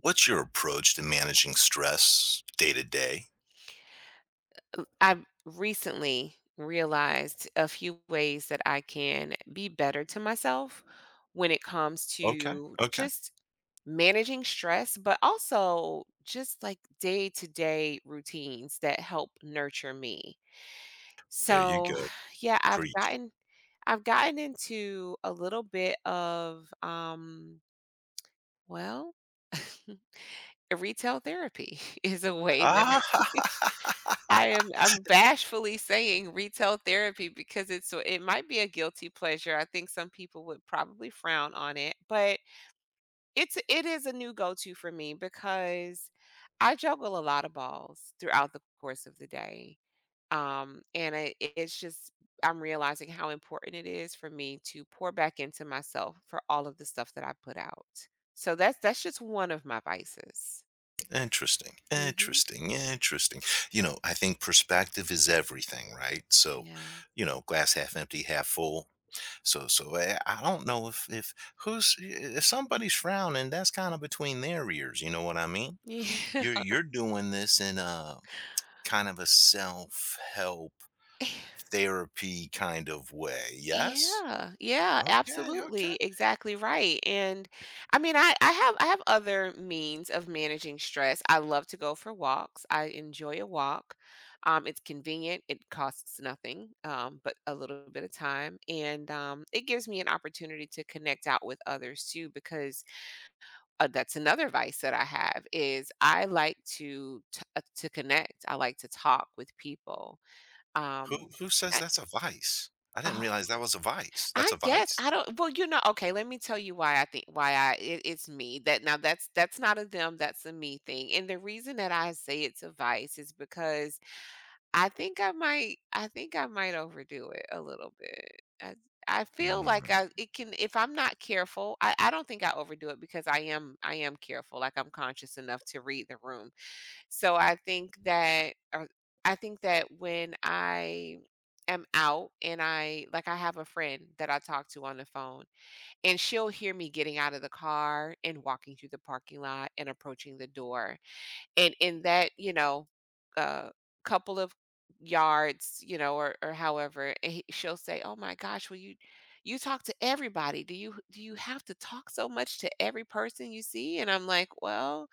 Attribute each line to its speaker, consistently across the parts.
Speaker 1: What's your approach to managing stress day to day?
Speaker 2: I've recently realized a few ways that I can be better to myself when it comes
Speaker 1: Okay,
Speaker 2: to
Speaker 1: okay.
Speaker 2: just managing stress, but also just like day to day routines that help nurture me.
Speaker 1: There you
Speaker 2: So,
Speaker 1: go.
Speaker 2: yeah, I've
Speaker 1: Preach.
Speaker 2: gotten. I've gotten into a little bit of, well, retail therapy is a way that
Speaker 1: Ah,
Speaker 2: I'm bashfully saying retail therapy because it might be a guilty pleasure. I think some people would probably frown on it, but it is a new go-to for me because I juggle a lot of balls throughout the course of the day. And it's just I'm realizing how important it is for me to pour back into myself for all of the stuff that I put out. So that's just one of my vices.
Speaker 1: interesting,
Speaker 2: Hmm.
Speaker 1: interesting, interesting. You know, I think perspective is everything, right? So,
Speaker 2: Yeah.
Speaker 1: you know, glass half empty, half full. So I don't know if if somebody's frowning, that's kind of between their ears. You know what I mean?
Speaker 2: Yeah.
Speaker 1: You're doing this in a kind of a self help therapy kind of way. Yes.
Speaker 2: Yeah, yeah,
Speaker 1: Okay, okay.
Speaker 2: absolutely. Exactly right. And I mean, I have other means of managing stress. I love to go for walks. I enjoy a walk. It's convenient. It costs nothing, but a little bit of time, and it gives me an opportunity to connect out with others too. Because that's another vice that I have is I like to connect. I like to talk with people. Um,
Speaker 1: Who says that's a vice? I didn't
Speaker 2: I,
Speaker 1: realize that was a vice. That's
Speaker 2: I
Speaker 1: a
Speaker 2: guess
Speaker 1: vice?
Speaker 2: I don't, well, okay, let me tell you why I think, why it's me. That's not a them, that's a me thing. And the reason that I say it's a vice is because I think I might overdo it a little bit. I feel like
Speaker 1: Mm.
Speaker 2: I it can if I'm not careful, I don't think I overdo it because I am careful. Like I'm conscious enough to read the room. So I think that when I am out and I, like, I have a friend that I talk to on the phone and she'll hear me getting out of the car and walking through the parking lot and approaching the door. And in that, uh couple of yards, or however, and she'll say, "Oh my gosh, well you talk to everybody. Do you have to talk so much to every person you see?" And I'm like, "Well,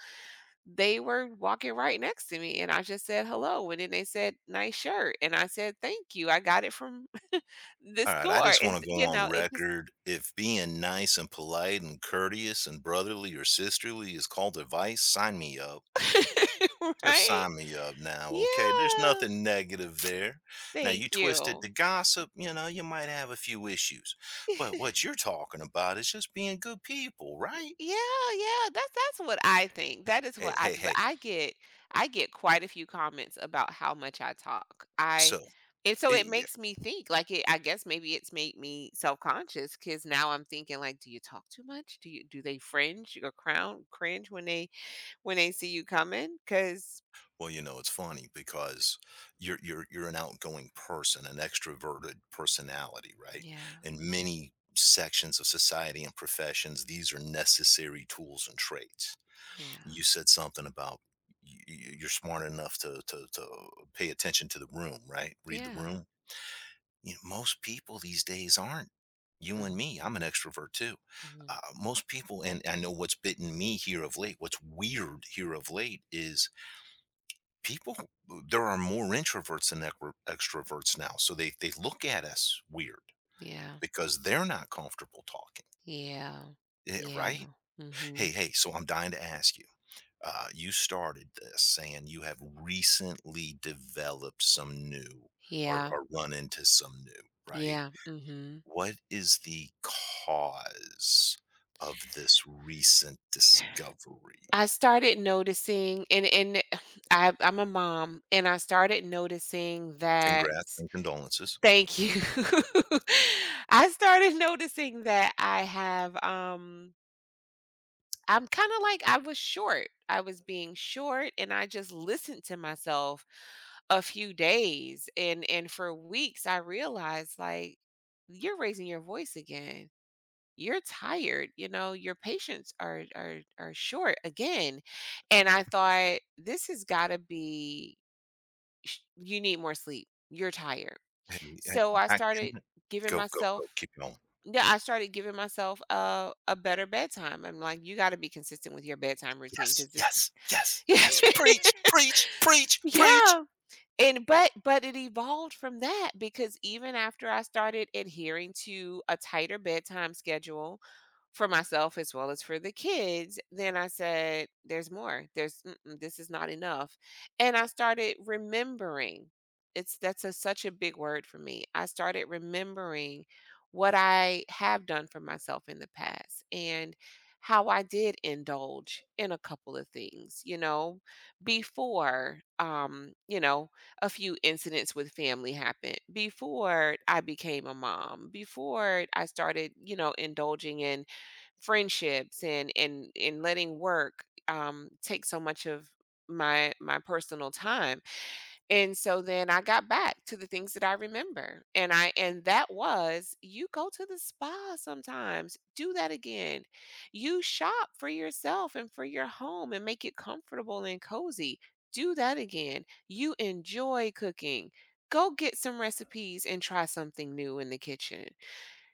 Speaker 2: they were walking right next to me and I just said hello and then they said nice shirt and I said thank you I got it from the
Speaker 1: Alright, I
Speaker 2: store
Speaker 1: just
Speaker 2: and
Speaker 1: wanna go on
Speaker 2: it just
Speaker 1: record. If being nice and polite and courteous and brotherly or sisterly is called a vice, sign me up. Just
Speaker 2: right,
Speaker 1: sign me up now, okay? There's
Speaker 2: yeah,
Speaker 1: nothing negative there. Now, you
Speaker 2: thank
Speaker 1: twist it to
Speaker 2: you.
Speaker 1: gossip, you know, you might have a few issues. But what you're talking about is just being good people, right?
Speaker 2: Yeah, yeah, that's what I think.
Speaker 1: Hey,
Speaker 2: That is
Speaker 1: hey,
Speaker 2: what I
Speaker 1: hey.
Speaker 2: th But
Speaker 1: hey.
Speaker 2: I get quite a few comments about how much I talk. I
Speaker 1: So,
Speaker 2: and so it
Speaker 1: I
Speaker 2: makes me think, like, it I guess maybe it's made me self-conscious conscious because now I'm thinking, like, "Do you talk too much? Do they fringe or crown cringe when they see you coming? Because
Speaker 1: Well, you know, it's funny because you're an outgoing person, an extroverted personality, right?
Speaker 2: yeah,
Speaker 1: In many sections of society and professions, these are necessary tools and traits.
Speaker 2: yeah,
Speaker 1: You said something about you're smart enough to pay attention to the room, right? Read the
Speaker 2: yeah.
Speaker 1: room. You know, most people these days aren't. You and
Speaker 2: Mm,
Speaker 1: me, I'm an extrovert too.
Speaker 2: mhm.
Speaker 1: Most people, and I know what's bitten me here of late. What's weird here of late is people there are more introverts than extroverts now, so they look at us weird
Speaker 2: Yeah,
Speaker 1: because they're not comfortable talking,
Speaker 2: yeah, yeah.
Speaker 1: right. hey
Speaker 2: Mhm.
Speaker 1: hey so I'm dying to ask you, you started this saying you have recently developed some new, or,
Speaker 2: Yeah,
Speaker 1: or run into some new, right?
Speaker 2: yeah, mhm.
Speaker 1: What is the cause of this recent discovery?
Speaker 2: I started noticing and I'm a mom, and I started noticing that
Speaker 1: Congrats and condolences.
Speaker 2: thank you. I started noticing that I have, um, I'm kinda like I was short. I was being short, and I just listened to myself a few days, and for weeks, I realized, like, "You're raising your voice again." You're tired, you know, your patients are short again. And I thought this has got to be you need more sleep, you're tired.
Speaker 1: Hey, I,
Speaker 2: So I
Speaker 1: I
Speaker 2: started
Speaker 1: can
Speaker 2: giving
Speaker 1: go,
Speaker 2: myself
Speaker 1: keep going.
Speaker 2: Yeah, I started giving myself a better bedtime. I'm like you got to be consistent with your bedtime routine
Speaker 1: Yes,
Speaker 2: cuz this
Speaker 1: yes, yes, yes. Preach, preach, preach, preach.
Speaker 2: yeah. And but it evolved from that because even after I started adhering to a tighter bedtime schedule for myself as well as for the kids, then I said, "There's more. There's mm-mm, this is not enough." And I started remembering. It's that's a, such a big word for me. I started remembering what I have done for myself in the past and how I did indulge in a couple of things, you know, before you know, a few incidents with family happened before I became a mom, before I started, you know, indulging in friendships and letting work, take so much of my personal time. And so then I got back to the things that I remember. And that was, you go to the spa sometimes. Do that again. You shop for yourself and for your home and make it comfortable and cozy. Do that again. You enjoy cooking. Go get some recipes and try something new in the kitchen.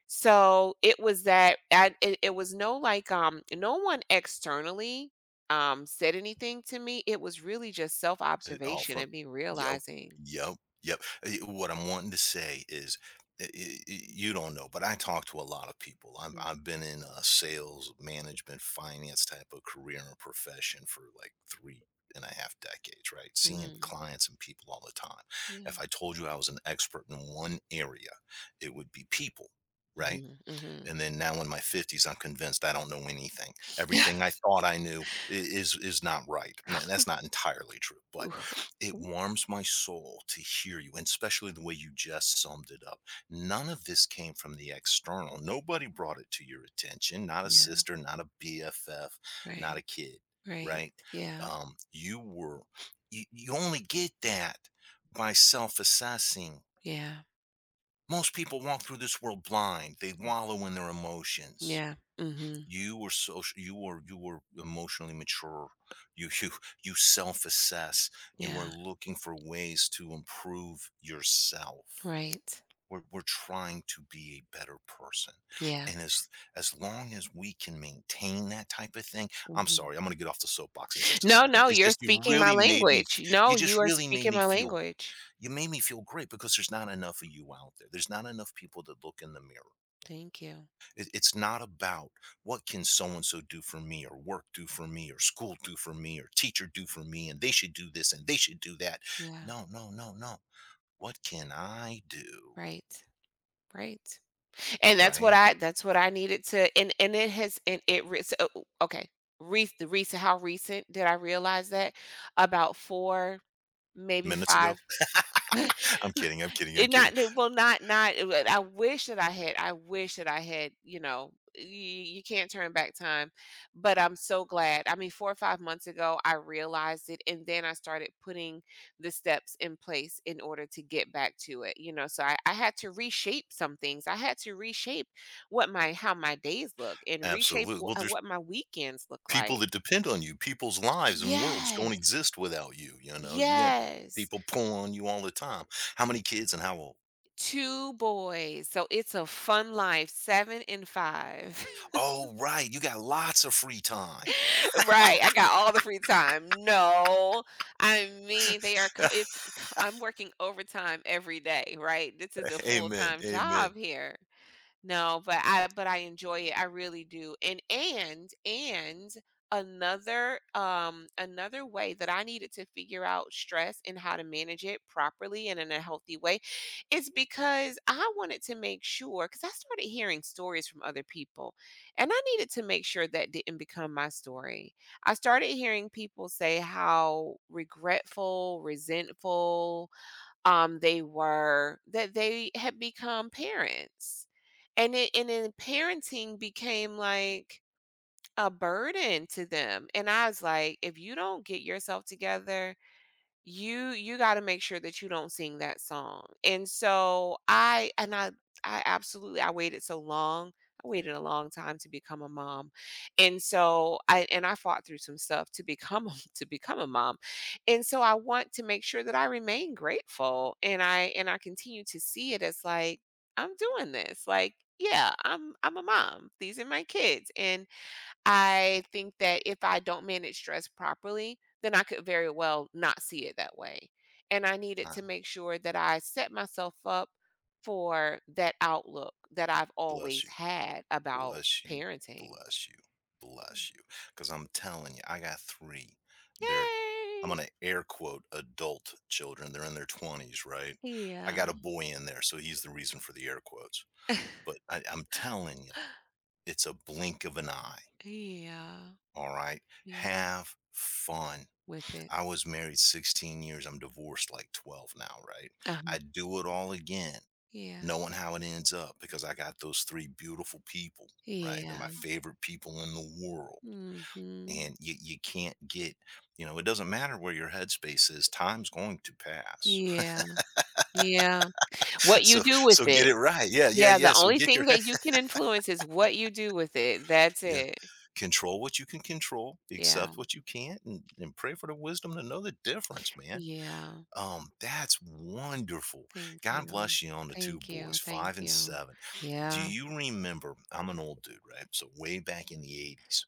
Speaker 2: So, it was that I it it was no, like, no one externally, said anything to me. It was really just
Speaker 1: All
Speaker 2: self-observation
Speaker 1: from,
Speaker 2: and me
Speaker 1: yep,
Speaker 2: realizing.
Speaker 1: yep, yep. What I'm wanting to say is, you don't know, but I talk to a lot of people.
Speaker 2: Mm,
Speaker 1: I've been in sales, management, finance type of career and profession for like three and a half decades, right? Seeing
Speaker 2: mhm.
Speaker 1: clients and people all the time.
Speaker 2: Yeah.
Speaker 1: If I told you I was an expert in one area, it would be people, right?
Speaker 2: Mhm, mhm.
Speaker 1: And then now in my 50s, I'm convinced I don't know anything. Everything I thought I knew is not right, and that's not entirely true, but it warms my soul to hear you, and especially the way you just summed it up, none of this came from the external. Nobody brought it to your attention. Not a
Speaker 2: Yeah,
Speaker 1: sister, not a BFF, not
Speaker 2: right,
Speaker 1: a kid,
Speaker 2: right.
Speaker 1: right?
Speaker 2: Yeah,
Speaker 1: Um, you were, you only get that by self-assessing.
Speaker 2: yeah,
Speaker 1: Most people walk through this world blind. They wallow in their emotions.
Speaker 2: yeah, mhm,
Speaker 1: You were social. You were, you were emotionally mature. You you you self-assess. You are
Speaker 2: yeah,
Speaker 1: looking for ways to improve yourself.
Speaker 2: right,
Speaker 1: We're trying to be a better person,
Speaker 2: yeah,
Speaker 1: and as long as we can maintain that type of thing. I'm
Speaker 2: mhm.
Speaker 1: sorry, I'm going to get off the soapbox in just a
Speaker 2: No,
Speaker 1: second.
Speaker 2: no,
Speaker 1: It's
Speaker 2: you're
Speaker 1: just you
Speaker 2: speaking my
Speaker 1: really
Speaker 2: language. No,
Speaker 1: you just
Speaker 2: you are
Speaker 1: really made
Speaker 2: speaking
Speaker 1: me
Speaker 2: my
Speaker 1: feel,
Speaker 2: language.
Speaker 1: you made me feel great because there's not enough of you out there. There's not enough people that look in the mirror.
Speaker 2: Thank you.
Speaker 1: It's not about what can so and so do for me, or work do for me, or school do for me, or teacher do for me, and they should do this and they should do that.
Speaker 2: Yeah,
Speaker 1: No, no, no, no. What can I do?
Speaker 2: right, right. And that's what
Speaker 1: Right?
Speaker 2: I that's what I needed to, and it has, and it okay. Rec the recent How recent did I realize that? About 4, maybe
Speaker 1: Minutes ago.
Speaker 2: 5.
Speaker 1: I'm kidding. I'm kidding. I'm
Speaker 2: It
Speaker 1: kidding.
Speaker 2: not that well, not not it would I wish that I had, you can't turn back time, but I'm so glad. I mean, 4 or 5 months ago, I realized it, and then I started putting the steps in place in order to get back to it, you know, so I had to reshape some things. I had to reshape what my how my days look and reshape
Speaker 1: Absolutely. Well,
Speaker 2: wh
Speaker 1: there's
Speaker 2: what my weekends look
Speaker 1: people
Speaker 2: like.
Speaker 1: that depend on you. People's lives and worlds don't
Speaker 2: Yes.
Speaker 1: exist without you. You know, you got
Speaker 2: Yes.
Speaker 1: people pulling on you all the time. How many kids and how old?
Speaker 2: 2 boys, so it's a fun life, 7 and 5.
Speaker 1: Oh, right. You got lots of free time.
Speaker 2: Right, I got all the free time. No, I mean, they are c it's I I'm working overtime every day, right? This is a
Speaker 1: Amen.
Speaker 2: full-time
Speaker 1: Amen.
Speaker 2: job here. No, but I, but I enjoy it. I really do. And another another way that I needed to figure out stress and how to manage it properly and in a healthy way is because I wanted to make sure cuz I started hearing stories from other people and I needed to make sure that didn't become my story. I started hearing people say how regretful, resentful, they were that they had become parents. And it and then parenting became like a burden to them, and I was like, if you don't get yourself together, you got to make sure that you don't sing that song. And so I absolutely, I waited so long, I waited a long time to become a mom. And so I fought through some stuff to become a mom. And so I want to make sure that I remain grateful, and I, continue to see it as, like, I'm doing this, like, yeah, I'm a mom, these are my kids. And I think that if I don't manage stress properly, then I could very well not see it that way. And I needed to make sure that I set myself up for that outlook that I've
Speaker 1: Bless
Speaker 2: always
Speaker 1: you.
Speaker 2: had about
Speaker 1: Bless you.
Speaker 2: parenting.
Speaker 1: Bless you. Bless you. Because I'm telling you, I got three. They're, I'm
Speaker 2: Yay!
Speaker 1: going to air quote adult children. They're in their 20s, right? I
Speaker 2: Yeah.
Speaker 1: got a boy in there, so he's the reason for the air quotes. But I'm telling you, it's a blink of an eye.
Speaker 2: Yeah.
Speaker 1: All right.
Speaker 2: Yeah.
Speaker 1: Have fun.
Speaker 2: With it.
Speaker 1: I was married 16 years. I'm divorced like 12 now, right?
Speaker 2: Uh-huh.
Speaker 1: I'd do it all again
Speaker 2: Yeah.
Speaker 1: knowing how it ends up, because I got those three beautiful people, right? They're my
Speaker 2: Yeah.
Speaker 1: favorite people in the world.
Speaker 2: Hmm.
Speaker 1: And you can't get, you know, it doesn't matter where your headspace is, time's going to pass.
Speaker 2: Yeah. Yeah. What you
Speaker 1: So
Speaker 2: do with
Speaker 1: so get
Speaker 2: it.
Speaker 1: it right. Yeah, yeah,
Speaker 2: Yeah, the
Speaker 1: yeah. So
Speaker 2: only
Speaker 1: get your
Speaker 2: thing
Speaker 1: head
Speaker 2: that you can influence is what you do with it. That's
Speaker 1: yeah.
Speaker 2: it.
Speaker 1: Control what you can control,
Speaker 2: Yeah.
Speaker 1: accept what you can't, and pray for the wisdom to know the difference, man.
Speaker 2: Yeah.
Speaker 1: That's wonderful.
Speaker 2: Thank
Speaker 1: God
Speaker 2: you.
Speaker 1: bless you on the two
Speaker 2: Thank you.
Speaker 1: boys,
Speaker 2: Thank
Speaker 1: five and
Speaker 2: you.
Speaker 1: seven. Do
Speaker 2: Yeah.
Speaker 1: you remember? I'm an old dude, right? So way back in the 80s.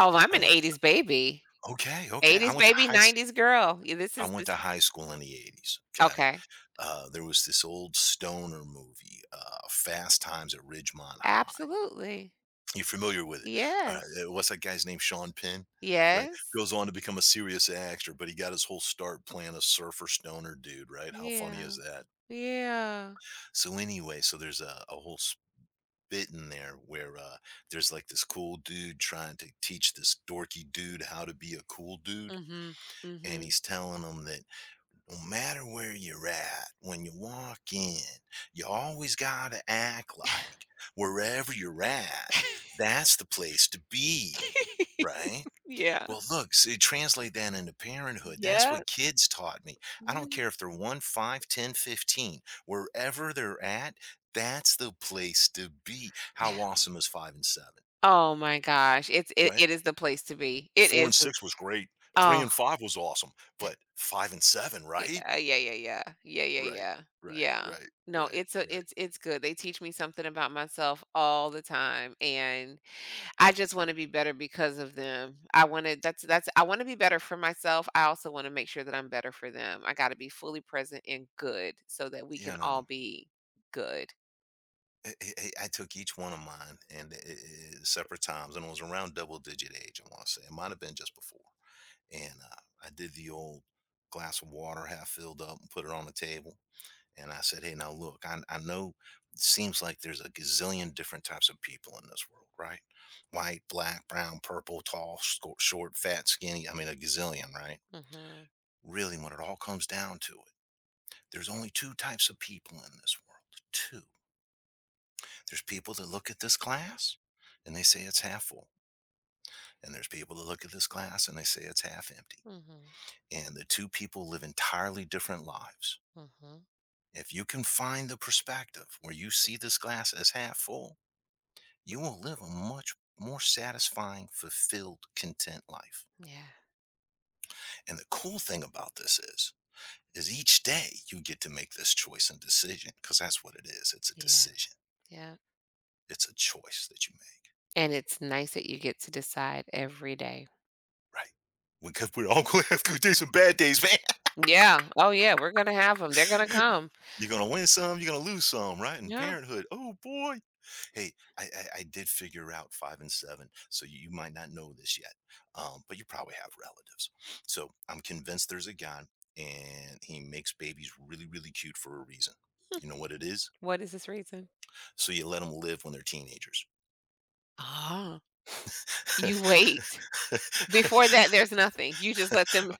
Speaker 2: Oh, I'm
Speaker 1: I
Speaker 2: an
Speaker 1: went
Speaker 2: 80s baby.
Speaker 1: okay, okay.
Speaker 2: 80s baby, 90s girl. Yeah, this
Speaker 1: I
Speaker 2: is
Speaker 1: went
Speaker 2: this
Speaker 1: to
Speaker 2: is-
Speaker 1: high school in the '80s, okay?
Speaker 2: Okay.
Speaker 1: There was this old stoner movie, Fast Times at Ridgemont High.
Speaker 2: Absolutely.
Speaker 1: You familiar with it?
Speaker 2: Yes.
Speaker 1: What's that guy's name, Sean Penn, right?
Speaker 2: Yes.
Speaker 1: Goes on to become a serious actor, but he got his whole start playing a surfer stoner dude, right? How funny is
Speaker 2: Yeah.
Speaker 1: that?
Speaker 2: Yeah.
Speaker 1: So anyway, so there's a whole spit in there where, there's like this cool dude trying to teach this dorky dude how to be a cool dude,
Speaker 2: Mhm.
Speaker 1: and
Speaker 2: Mhm.
Speaker 1: he's telling him that no matter where you're at, when you walk in, you always got to act like wherever you're at, that's the place to be, right?
Speaker 2: Yeah.
Speaker 1: Well, look, see, translate that into parenthood. That's
Speaker 2: Yeah.
Speaker 1: what kids taught me. I don't
Speaker 2: Yeah.
Speaker 1: care if they're 1, 5, 10, 15. Wherever they're at, that's the place to be. How
Speaker 2: Yeah.
Speaker 1: awesome is 5 and 7,
Speaker 2: Oh my gosh. It's it
Speaker 1: right?
Speaker 2: it is the place to be. It
Speaker 1: 4 and
Speaker 2: is the
Speaker 1: 6 was great. 3
Speaker 2: Oh.
Speaker 1: and 5 was awesome, but 5 and 7, right?
Speaker 2: Yeah, yeah, yeah, yeah. Yeah, yeah,
Speaker 1: Right,
Speaker 2: yeah.
Speaker 1: right,
Speaker 2: Yeah.
Speaker 1: right,
Speaker 2: No,
Speaker 1: right, right.
Speaker 2: it's good. They teach me something about myself all the time, and I just want to be better because of them. I want to, that's I want to be better for myself. I also want to make sure that I'm better for them. I got to be fully present and good so that we can
Speaker 1: You
Speaker 2: all
Speaker 1: know,
Speaker 2: be good.
Speaker 1: I took each one of mine and I, separate times, and it was around double digit age, I wanna say. It might have been just before, and, I did the old glass of water half filled up and put it on the table, and I said, "Hey, now look, I know it seems like there's a gazillion different types of people in this world, right? White, black, brown, purple, tall, sco short, fat, skinny, I mean, a gazillion, right?
Speaker 2: Mhm.
Speaker 1: Really, when it all comes down to it, there's only two types of people in this world. Two. There's people that look at this glass and they say it's half full, and there's people that look at this glass and they say it's half empty.
Speaker 2: Mhm.
Speaker 1: And the two people live entirely different lives.
Speaker 2: Mhm.
Speaker 1: If you can find the perspective where you see this glass as half full, you will live a much more satisfying, fulfilled, content life.
Speaker 2: Yeah.
Speaker 1: And the cool thing about this is each day you get to make this choice and decision, because that's what it is. It's a
Speaker 2: Yeah.
Speaker 1: decision.
Speaker 2: Yeah.
Speaker 1: It's a choice that you make.
Speaker 2: And it's nice that you get to decide every day.
Speaker 1: Right. Because we're all going to do some bad days, man.
Speaker 2: Yeah. Oh yeah, we're going to have them. They're going to come.
Speaker 1: You're gonna win some, you're gonna lose some, right? And
Speaker 2: Yeah.
Speaker 1: parenthood. Oh boy. Hey, I did figure out five and seven, so you might not know this yet, but you probably have relatives. So I'm convinced there's a God, and he makes babies really, really cute for a reason. You know what it is?
Speaker 2: What is this reason?
Speaker 1: So you let them live when they're teenagers.
Speaker 2: Ah, you wait. Before that, there's nothing. You just let them,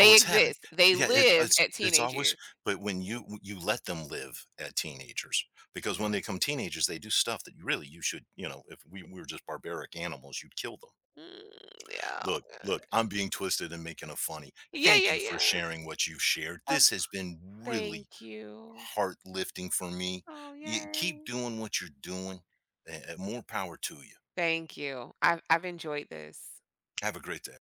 Speaker 1: Oh, it's heaven.
Speaker 2: exist. They
Speaker 1: Yeah, it's
Speaker 2: live
Speaker 1: it's
Speaker 2: at
Speaker 1: it's
Speaker 2: teenage
Speaker 1: always,
Speaker 2: years.
Speaker 1: but when you let them live at teenagers, because when they come teenagers, they do stuff that you really you know, if we were just barbaric animals, you'd kill them.
Speaker 2: Mm, yeah.
Speaker 1: "Look,
Speaker 2: uh,
Speaker 1: look, I'm being twisted and making a funny.
Speaker 2: Yeah,
Speaker 1: Thank
Speaker 2: yeah,
Speaker 1: you for
Speaker 2: yeah.
Speaker 1: sharing what you've shared.
Speaker 2: Oh,
Speaker 1: This has been really
Speaker 2: thank you.
Speaker 1: heart lifting for me.
Speaker 2: Oh,
Speaker 1: You
Speaker 2: yay.
Speaker 1: keep doing what you're doing, and more power to you.
Speaker 2: Thank you. I've enjoyed this.
Speaker 1: Have a great day."